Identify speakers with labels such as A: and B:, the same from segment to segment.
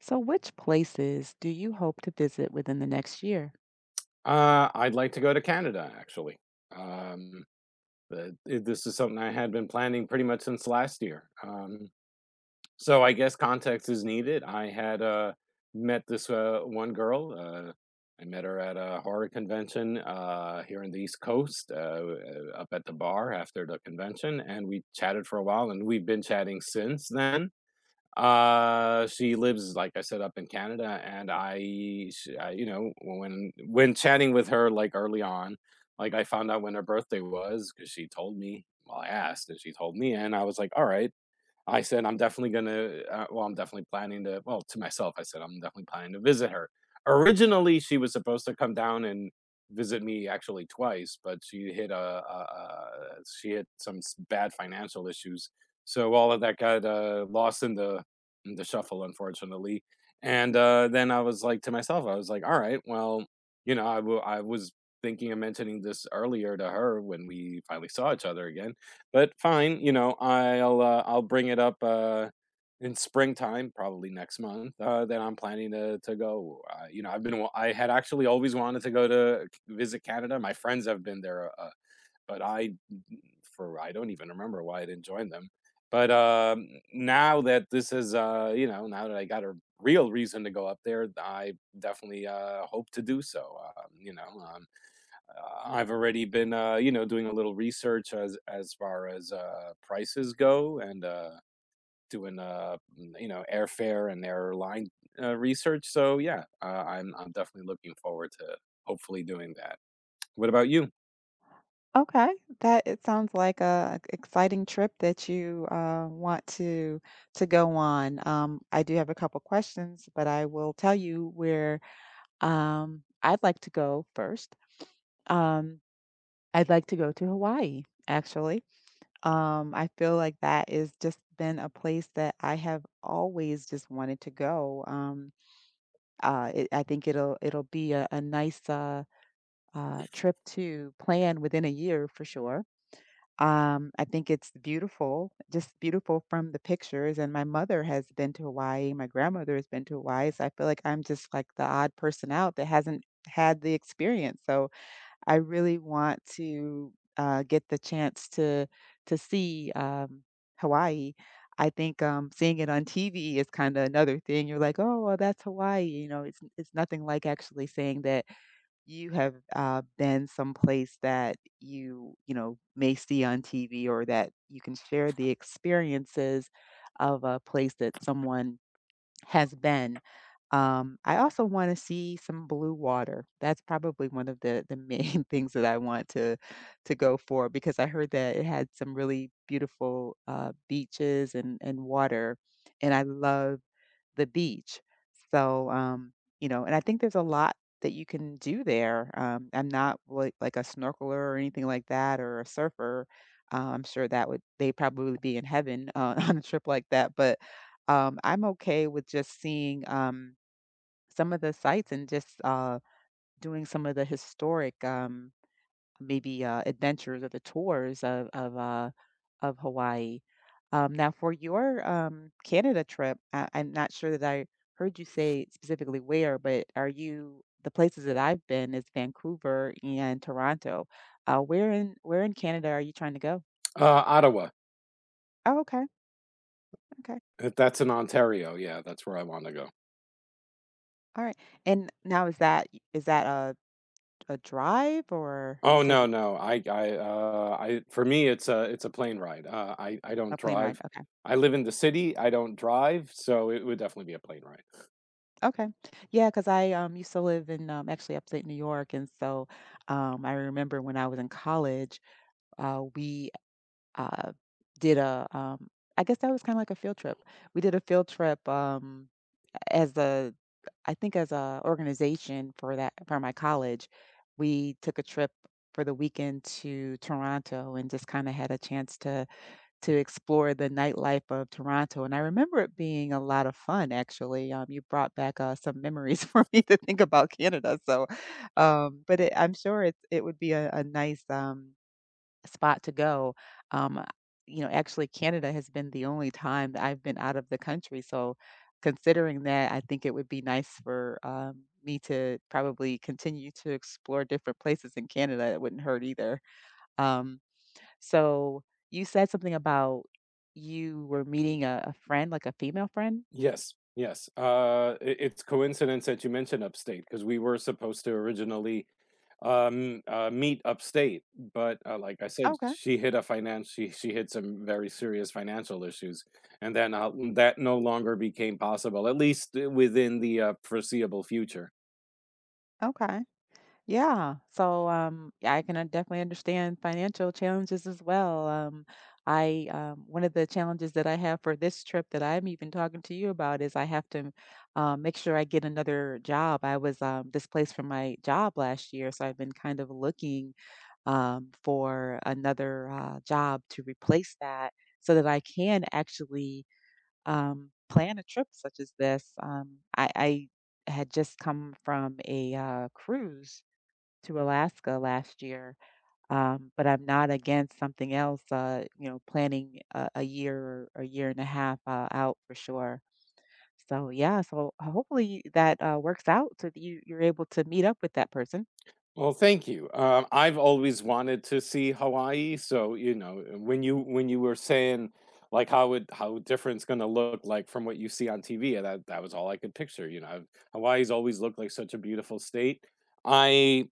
A: So, which places do you hope to visit within the next year?
B: I'd like to go to Canada, actually. Um, the I this is something I had been planning pretty much since last year. So I guess context is needed. I had, met this, one girl, I met her at a horror convention, here in the East Coast, up at the bar after the convention, and we chatted for a while, and we've been chatting since then. She lives, like I said, up in Canada, and you know, when chatting with her, like, early on, like, I found out when her birthday was because she told me. Well, I asked, and she told me, and I was like, "Alright." I said, I'm definitely going to, I'm definitely planning to, well, to myself, I said, I'm definitely planning to visit her. Originally, she was supposed to come down and visit me actually twice, but she hit a she hit some bad financial issues. So all of that got lost in the shuffle, unfortunately. And then I was like to myself, I was like, all right, well, you know, I was thinking of mentioning this earlier to her when we finally saw each other again, but fine, you know, I'll bring it up, in springtime, probably next month, that I'm planning to go. You know, I had actually always wanted to go to visit Canada. My friends have been there, but I, for I don't even remember why I didn't join them. But now that this is, you know, now that I got a real reason to go up there, I definitely hope to do so. I've already been, you know, doing a little research as far as prices go, and doing, you know, airfare and airline research. So yeah, I'm definitely looking forward to hopefully doing that. What about you?
A: Okay, that it sounds like a exciting trip that you want to go on. I do have a couple questions, but I will tell you where I'd like to go first. Um, I'd like to go to Hawaii, actually. I feel like that is just been a place that I have always just wanted to go. I think it'll be a nice trip to plan within a year for sure. I think it's beautiful, just beautiful from the pictures. And my mother has been to Hawaii. My grandmother has been to Hawaii. So I feel like I'm just like the odd person out that hasn't had the experience. So I really want to get the chance to see Hawaii. I think seeing it on TV is kind of another thing. You're like, oh, well, that's Hawaii. You know, it's nothing like actually saying that you have been someplace that you know may see on TV, or that you can share the experiences of a place that someone has been. I also want to see some blue water. That's probably one of the main things that I want to go for, because I heard that it had some really beautiful beaches and water, and I love the beach. So, and I think there's a lot that you can do there. I'm not like a snorkeler or anything like that, or a surfer. I'm sure that would they probably be in heaven on a trip like that. But I'm okay with just seeing some of the sites, and just doing some of the historic maybe adventures, or the tours of Hawaii. Now, for your Canada trip, I'm not sure that I heard you say specifically where, but are you the places that I've been is Vancouver and Toronto. Where in where in Canada are you trying to go?
B: Ottawa.
A: Oh, okay, okay,
B: If that's in Ontario, yeah, that's where I want to go.
A: all right. And now is that a drive, or you
B: Oh
A: said you
B: no, no, I, for me it's a plane ride. I
A: a
B: don't
A: plane ride?
B: drive.
A: Okay,
B: I live in the city. I don't drive, so it would definitely be a plane ride.
A: okay, yeah, because I used to live in actually upstate New York, and so I remember when I was in college, we uh, did a I guess that was kind of like a field trip. We did a field trip as a I think as a organization for that for my college. We took a trip for the weekend to Toronto, and just kind of had a chance to explore the nightlife of Toronto. And I remember it being a lot of fun. Actually, you brought back some memories for me to think about Canada. So, I'm sure it's it would be a nice. Spot to go. Um, uh, you know, actually, Canada has been the only time that I've been out of the country. So, considering that, I think it would be nice for me to probably continue to explore different places in Canada. It wouldn't hurt either. Um, so, you said something about you were meeting a friend, like a female friend.
B: Yes, yes. It, it's coincidence that you mentioned upstate because we were supposed to originally meet upstate, but like I said,
A: Okay.
B: she hit a finance. She hit some very serious financial issues, and then that no longer became possible, at least within the foreseeable future.
A: Okay. Yeah. So, yeah, I can definitely understand financial challenges as well. One of the challenges that I have for this trip that I'm even talking to you about is I have to, make sure I get another job. I was, displaced from my job last year, so I've been kind of looking, for another, job to replace that, so that I can actually, plan a trip such as this. I had just come from cruise to Alaska last year, but I'm not against something else, you know, planning a year or a year and a half out for sure. So yeah, so hopefully that works out so that you're able to meet up with that person.
B: Well, thank you. I've always wanted to see Hawaii, so you know, when you were saying like how different it's gonna look like from what you see on TV, that that was all I could picture. You know, Hawaii's always looked like such a beautiful state. I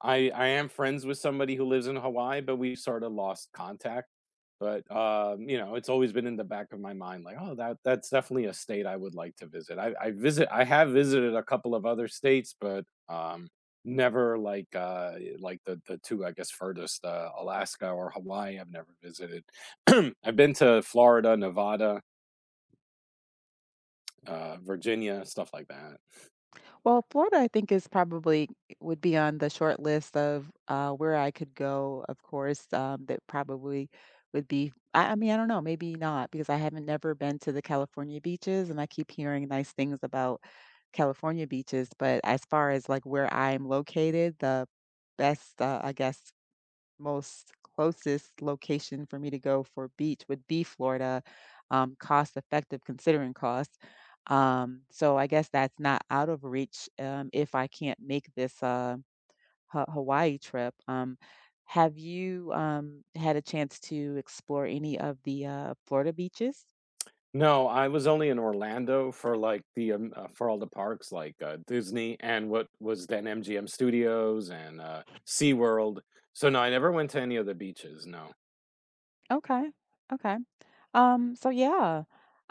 B: I am friends with somebody who lives in Hawaii, but we sort of lost contact. But, you know, it's always been in the back of my mind, like, "Oh, that that's definitely a state I would like to visit." I have visited a couple of other states, but, never like, like the 2, I guess, furthest, Alaska or Hawaii, I've never visited. I've been to Florida, Nevada, Virginia, stuff like that.
A: Well, Florida, I think, is probably would be on the short list of where I could go. Of course, that probably would be. I mean, I don't know, maybe not, because I haven't never been to the California beaches, and I keep hearing nice things about California beaches. But as far as like where I'm located, the best, I guess, most closest location for me to go for beach would be Florida, cost effective considering cost. So I guess that's not out of reach, if I can't make this, Ha Hawaii trip. Have you, had a chance to explore any of the, Florida beaches?
B: No, I was only in Orlando for, like, the, for all the parks, like, Disney and what was then MGM Studios and, SeaWorld. So, no, I never went to any of the beaches, no.
A: Okay, okay. So yeah.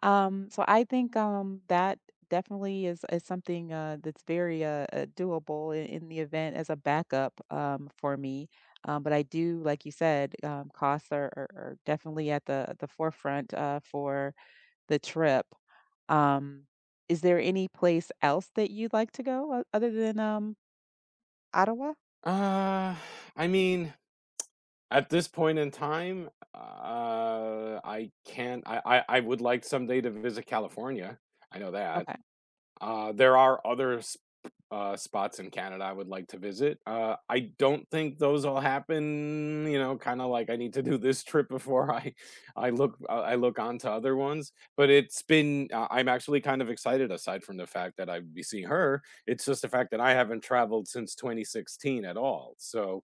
A: So I think that definitely is something that's very doable in the event as a backup for me. But I do, like you said, costs are definitely at the forefront for the trip. Um, is there any place else that you'd like to go other than Ottawa?
B: Uh, I mean, at this point in time, I can't I would like someday to visit California. I know that.
A: Okay.
B: There are other spots in Canada I would like to visit. I don't think those all happen. You know, kind of like I need to do this trip before I, I look on to other ones. But it's been I'm actually kind of excited. Aside from the fact that I'd be seeing her, it's just the fact that I haven't traveled since 2016 at all. So,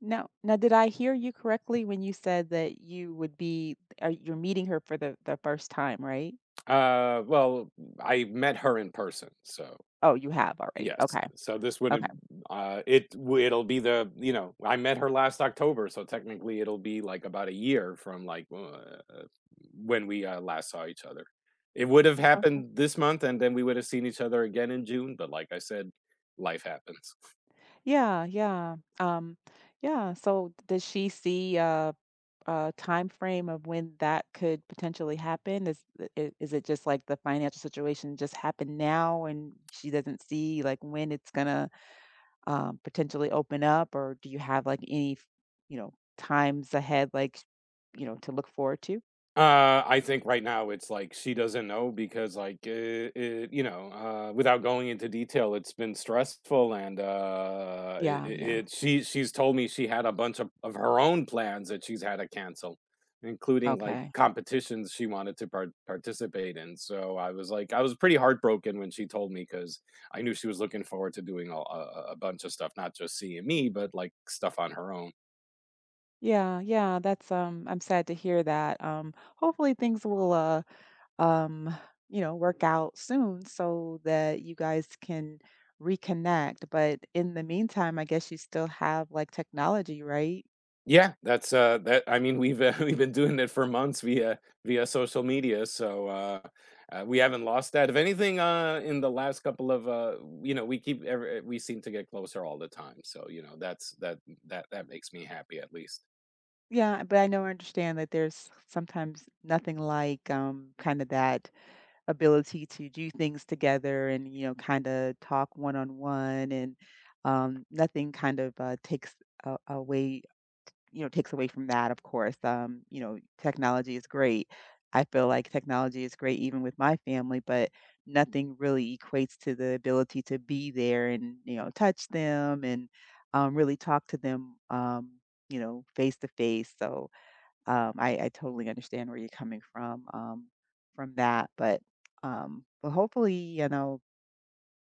A: Now, did I hear you correctly when you said that you would be, you're meeting her for the first time, right?
B: uh, well, I met her in person, so
A: Oh, you have already.
B: yes.
A: Okay.
B: So this
A: Okay.
B: wouldn't it'll be the, you know, I met her last October, so technically it'll be, like, about a year from, like, when we, last saw each other. It would have
A: Okay.
B: happened this month, and then we would have seen each other again in June, but like I said, life happens.
A: Yeah, yeah. Yeah, so does she see a time frame of when that could potentially happen? Is is it just like the financial situation just happened now, and she doesn't see like when it's gonna potentially open up, or do you have like any, you know, times ahead like, you know, to look forward to?
B: I think right now it's like she doesn't know because you know, without going into detail, it's been stressful and
A: Yeah, yeah.
B: she she's told me she had a bunch of her own plans that she's had to cancel, including like
A: Okay.
B: competitions she wanted to participate in. So I was like, I was pretty heartbroken when she told me because I knew she was looking forward to doing a bunch of stuff, not just seeing me, but like stuff on her own.
A: Yeah, yeah, that's I'm sad to hear that. Hopefully things will um, work out soon so that you guys can reconnect. But in the meantime, I guess you still have like technology, right?
B: Yeah, that's, that I mean, we've been doing it for months via social media, so, we haven't lost that. If anything, in the last couple of, you know, we keep every we seem to get closer all the time, so, you know, that's that that that makes me happy at least.
A: Yeah, but I know I understand that there's sometimes nothing like kind of that ability to do things together, and, you know, kind of talk one on one, and nothing kind of takes a- away you know, takes away from that, of course. You know, technology is great. I feel like technology is great even with my family, but nothing really equates to the ability to be there and, you know, touch them and really talk to them, you know, face to face. So I totally understand where you're coming from that. But hopefully,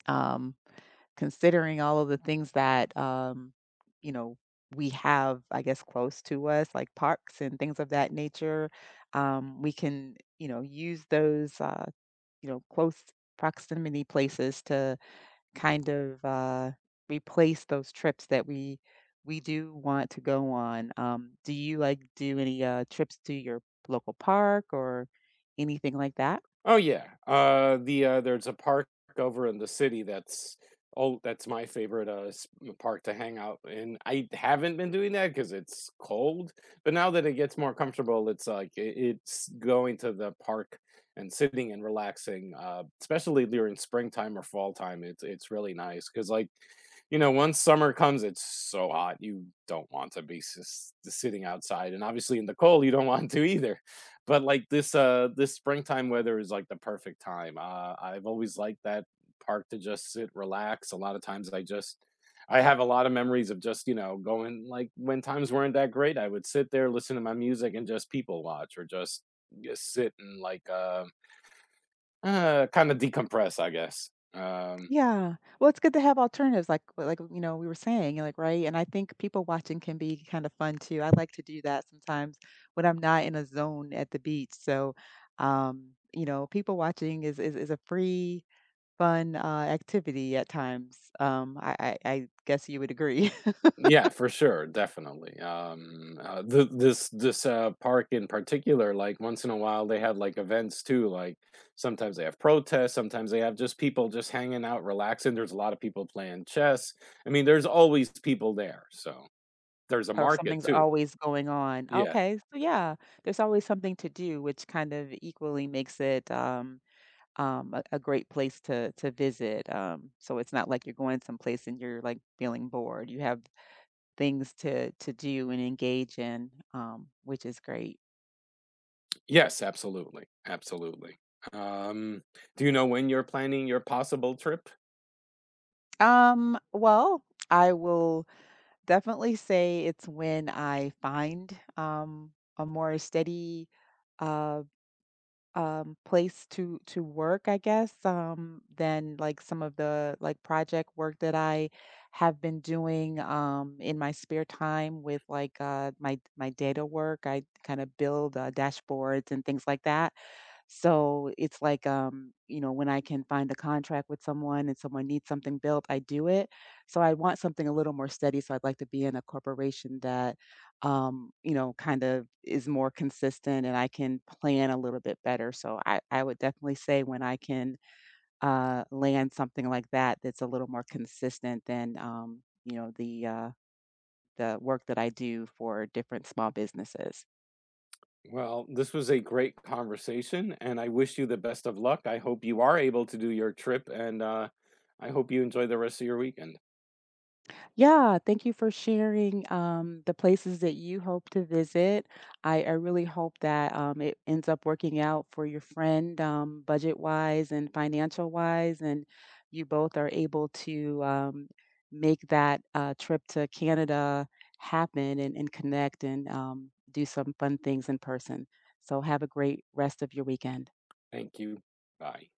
A: um, considering all of the things that, you know, we have, I guess, close to us, like parks and things of that nature, we can, you know, use those, you know, close proximity places to kind of replace those trips that we do want to go on. Do you like do any trips to your local park or anything like that?
B: Oh yeah, there's a park over in the city that's, oh, that's my favorite, s park to hang out in. I haven't been doing that because it's cold, but now that it gets more comfortable, it's like I it's going to the park and sitting and relaxing, especially during springtime or fall time, it's really nice because like, you know, once summer comes, it's so hot, you don't want to be s s sitting outside, and obviously in the cold, you don't want to either. But like this this springtime weather is like the perfect time. I've always liked that park to just sit, relax. A lot of times I have a lot of memories of just, you know, going like when times weren't that great, I would sit there, listen to my music and just people watch or just sit and like kind of decompress, I guess.
A: Yeah. Well, it's good to have alternatives like you know, we were saying, like, right? And I think people watching can be kind of fun too. I like to do that sometimes when I'm not in a zone at the beach. So, you know, people watching is a free, fun activity at times. I guess you would agree.
B: Yeah, for sure, definitely. This this park in particular, like once in a while, they have like events too. Like sometimes they have protests, sometimes they have just people just hanging out, relaxing. There's a lot of people playing chess. I mean, there's always people there, so there's a
A: Or
B: market
A: something's
B: too.
A: always going on.
B: Yeah.
A: Okay, so yeah, there's always something to do, which kind of equally makes it a great place to visit. So it's not like you're going someplace and you're like feeling bored. You have things to do and engage in, which is great.
B: Yes, absolutely, absolutely. Um, do you know when you're planning your possible trip?
A: Well, I will definitely say it's when I find a more steady uh, place to work, I guess, than like some of the like project work that I have been doing in my spare time with like my my data work. I kind of build dashboards and things like that. So it's like, you know, when I can find a contract with someone, and someone needs something built, I do it. So I want something a little more steady. So I'd like to be in a corporation that, you know, kind of is more consistent, and I can plan a little bit better. So I would definitely say when I can land something like that, that's a little more consistent than, you know, the work that I do for different small businesses.
B: Well, this was a great conversation, and I wish you the best of luck. I hope you are able to do your trip, and I hope you enjoy the rest of your weekend.
A: Yeah, thank you for sharing the places that you hope to visit. I really hope that it ends up working out for your friend, budget wise and financial wise, and you both are able to make that trip to Canada happen, and connect, and do some fun things in person. So, have a great rest of your weekend.
B: Thank you. Bye.